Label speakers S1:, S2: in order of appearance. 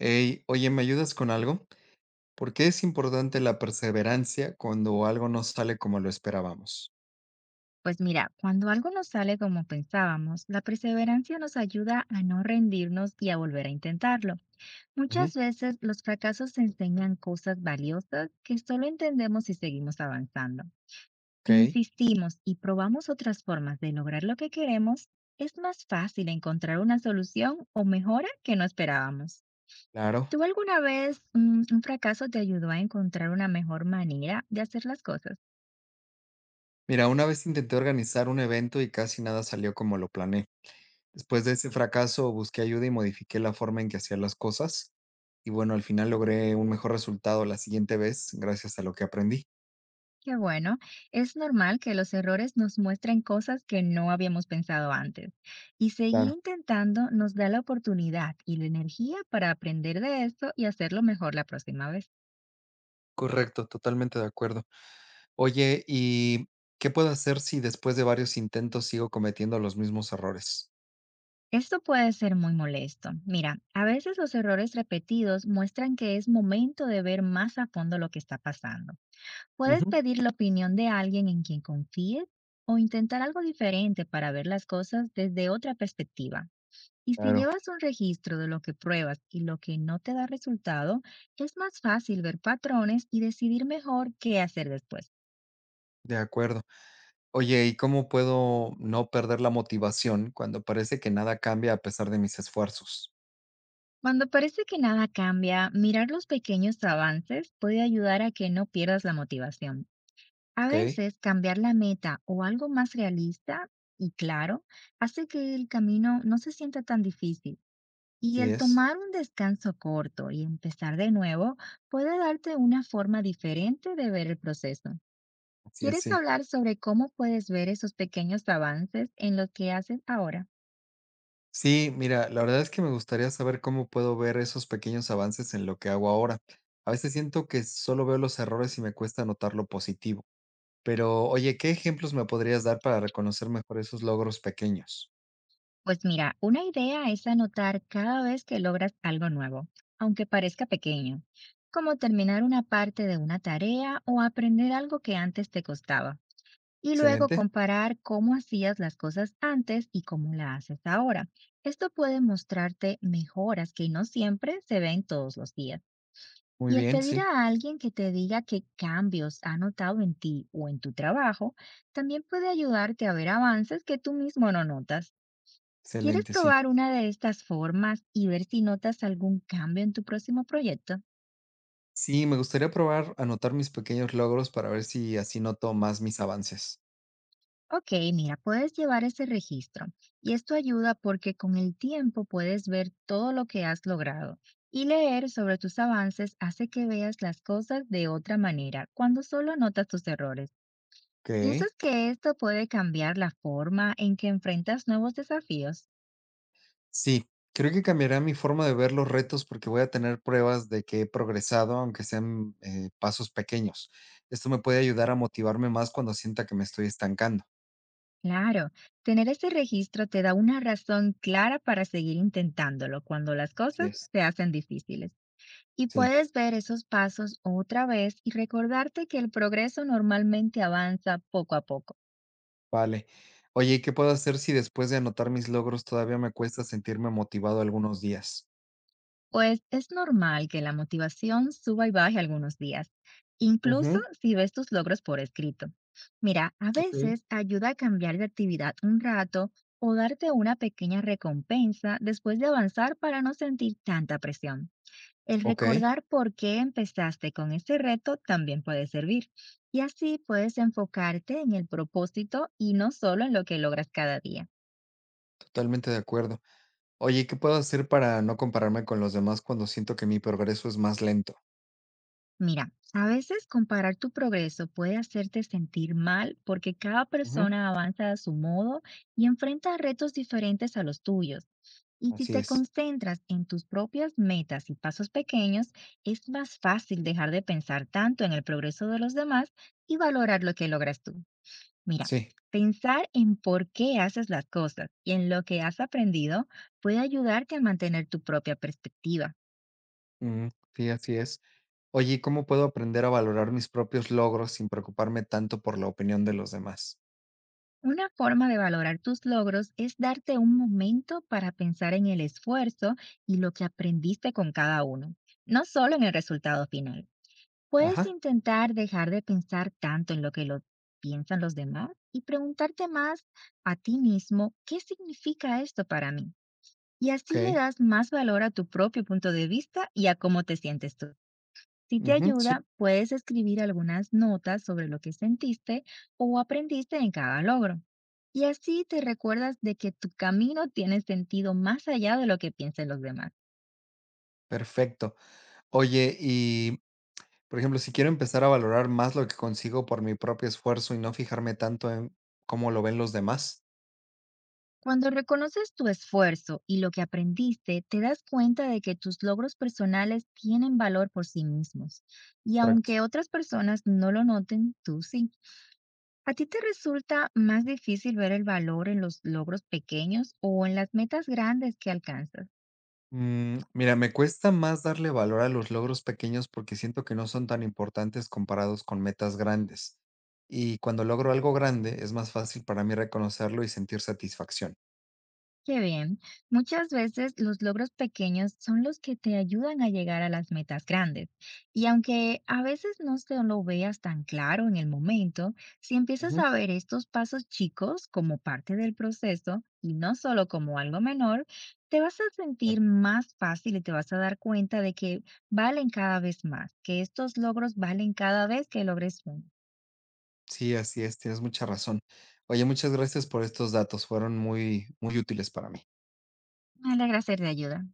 S1: Ey, oye, ¿me ayudas con algo? ¿Por qué es importante la perseverancia cuando algo no sale como lo esperábamos?
S2: Pues mira, cuando algo no sale como pensábamos, la perseverancia nos ayuda a no rendirnos y a volver a intentarlo. Muchas
S1: Ujú.
S2: veces los fracasos enseñan cosas valiosas que solo entendemos si seguimos avanzando. Si
S1: Ok,
S2: insistimos y probamos otras formas de lograr lo que queremos, es más fácil encontrar una solución o mejora que no esperábamos.
S1: claro.
S2: ¿Tú alguna vez un fracaso te ayudó a encontrar una mejor manera de hacer las cosas?
S1: Mira, una vez intenté organizar un evento y casi nada salió como lo planeé. Después de ese fracaso, busqué ayuda y modifiqué la forma en que hacía las cosas. Y bueno, al final logré un mejor resultado la siguiente vez gracias a lo que aprendí.
S2: Qué bueno, es normal que los errores nos muestren cosas que no habíamos pensado antes, y seguir
S1: Claro.
S2: intentando nos da la oportunidad y la energía para aprender de esto y hacerlo mejor la próxima vez.
S1: Correcto, totalmente de acuerdo. Oye, ¿y qué puedo hacer si después de varios intentos sigo cometiendo los mismos errores?
S2: Esto puede ser muy molesto. Mira, a veces los errores repetidos muestran que es momento de ver más a fondo lo que está pasando. Puedes
S1: Ujú.
S2: pedir la opinión de alguien en quien confíes o intentar algo diferente para ver las cosas desde otra perspectiva. Y si
S1: Claro.
S2: llevas un registro de lo que pruebas y lo que no te da resultado, es más fácil ver patrones y decidir mejor qué hacer después.
S1: De acuerdo. Oye, ¿y cómo puedo no perder la motivación cuando parece que nada cambia a pesar de mis esfuerzos?
S2: Cuando parece que nada cambia, mirar los pequeños avances puede ayudar a que no pierdas la motivación. A
S1: ¿Ok?
S2: veces cambiar la meta o algo más realista y claro hace que el camino no se sienta tan difícil. Y
S1: Así
S2: el
S1: es,
S2: tomar un descanso corto y empezar de nuevo puede darte una forma diferente de ver el proceso.
S1: así es,
S2: ¿Quieres
S1: sí.
S2: hablar sobre cómo puedes ver esos pequeños avances en lo que haces ahora?
S1: Sí, mira, la verdad es que me gustaría saber cómo puedo ver esos pequeños avances en lo que hago ahora. A veces siento que solo veo los errores y me cuesta notar lo positivo. Pero, oye, ¿qué ejemplos me podrías dar para reconocer mejor esos logros pequeños?
S2: Pues mira, una idea es anotar cada vez que logras algo nuevo, aunque parezca pequeño, como terminar una parte de una tarea o aprender algo que antes te costaba, y luego
S1: Excelente.
S2: comparar cómo hacías las cosas antes y cómo las haces ahora. Esto puede mostrarte mejoras que no siempre se ven todos los días.
S1: Muy
S2: Y el
S1: bien,
S2: pedir
S1: sí.
S2: a alguien que te diga qué cambios ha notado en ti o en tu trabajo también puede ayudarte a ver avances que tú mismo no notas. ¿Quieres
S1: Excelente, sí.
S2: probar una de estas formas y ver si notas algún cambio en tu próximo proyecto?
S1: Sí, me gustaría probar anotar mis pequeños logros para ver si así noto más mis avances.
S2: Ok, mira, puedes llevar ese registro, y esto ayuda porque con el tiempo puedes ver todo lo que has logrado, y leer sobre tus avances hace que veas las cosas de otra manera cuando solo notas tus errores.
S1: Ok.
S2: ¿Piensas que esto puede cambiar la forma en que enfrentas nuevos desafíos?
S1: Sí, creo que cambiará mi forma de ver los retos porque voy a tener pruebas de que he progresado, aunque sean pasos pequeños. Esto me puede ayudar a motivarme más cuando sienta que me estoy estancando.
S2: Claro, tener ese registro te da una razón clara para seguir intentándolo cuando las
S1: Así
S2: cosas
S1: es.
S2: se hacen difíciles. Y
S1: Sí,
S2: puedes ver esos pasos otra vez y recordarte que el progreso normalmente avanza poco a poco.
S1: vale. Oye, ¿y qué puedo hacer si después de anotar mis logros todavía me cuesta sentirme motivado algunos días?
S2: Pues es normal que la motivación suba y baje algunos días, incluso
S1: Ujú.
S2: si ves tus logros por escrito. Mira, a
S1: Ok.
S2: veces ayuda a cambiar de actividad un rato o darte una pequeña recompensa después de avanzar para no sentir tanta presión. El
S1: Ok,
S2: recordar por qué empezaste con este reto también puede servir, y así puedes enfocarte en el propósito y no solo en lo que logras cada día.
S1: totalmente de acuerdo. Oye, ¿qué puedo hacer para no compararme con los demás cuando siento que mi progreso es más lento?
S2: Mira, a veces comparar tu progreso puede hacerte sentir mal porque cada
S1: Ujú.
S2: persona avanza a su modo y enfrenta retos diferentes a los tuyos. Y si
S1: Así
S2: te
S1: es.
S2: concentras en tus propias metas y pasos pequeños, es más fácil dejar de pensar tanto en el progreso de los demás y valorar lo que logras tú. Mira,
S1: Sí.
S2: pensar en por qué haces las cosas y en lo que has aprendido puede ayudarte a mantener tu propia perspectiva.
S1: Ujú. Sí, así es. Oye, ¿y cómo puedo aprender a valorar mis propios logros sin preocuparme tanto por la opinión de los demás?
S2: Una forma de valorar tus logros es darte un momento para pensar en el esfuerzo y lo que aprendiste con cada uno, no solo en el resultado final. Puedes
S1: Ajá,
S2: intentar dejar de pensar tanto en lo que lo piensan los demás y preguntarte más a ti mismo, ¿qué significa esto para mí? Y así le
S1: ok.
S2: das más valor a tu propio punto de vista y a cómo te sientes tú. Si te
S1: Ujú, sí,
S2: ayuda, puedes escribir algunas notas sobre lo que sentiste o aprendiste en cada logro. Y así te recuerdas de que tu camino tiene sentido más allá de lo que piensen los demás.
S1: perfecto. Oye, y por ejemplo, si quiero empezar a valorar más lo que consigo por mi propio esfuerzo y no fijarme tanto en cómo lo ven los demás.
S2: Cuando reconoces tu esfuerzo y lo que aprendiste, te das cuenta de que tus logros personales tienen valor por sí mismos. Y
S1: Correcto.
S2: aunque otras personas no lo noten, tú sí. ¿A ti te resulta más difícil ver el valor en los logros pequeños o en las metas grandes que alcanzas?
S1: Mm, mira, me cuesta más darle valor a los logros pequeños porque siento que no son tan importantes comparados con metas grandes. Y cuando logro algo grande, es más fácil para mí reconocerlo y sentir satisfacción.
S2: Qué bien. Muchas veces los logros pequeños son los que te ayudan a llegar a las metas grandes. Y aunque a veces no se lo veas tan claro en el momento, si empiezas
S1: Ujú.
S2: a ver estos pasos chicos como parte del proceso y no solo como algo menor, te vas a sentir más fácil y te vas a dar cuenta de que valen cada vez más, que estos logros valen cada vez que logres uno.
S1: Sí, así es, tienes mucha razón. Oye, muchas gracias por estos datos, fueron muy, muy útiles para mí.
S2: Me alegra ser de ayuda.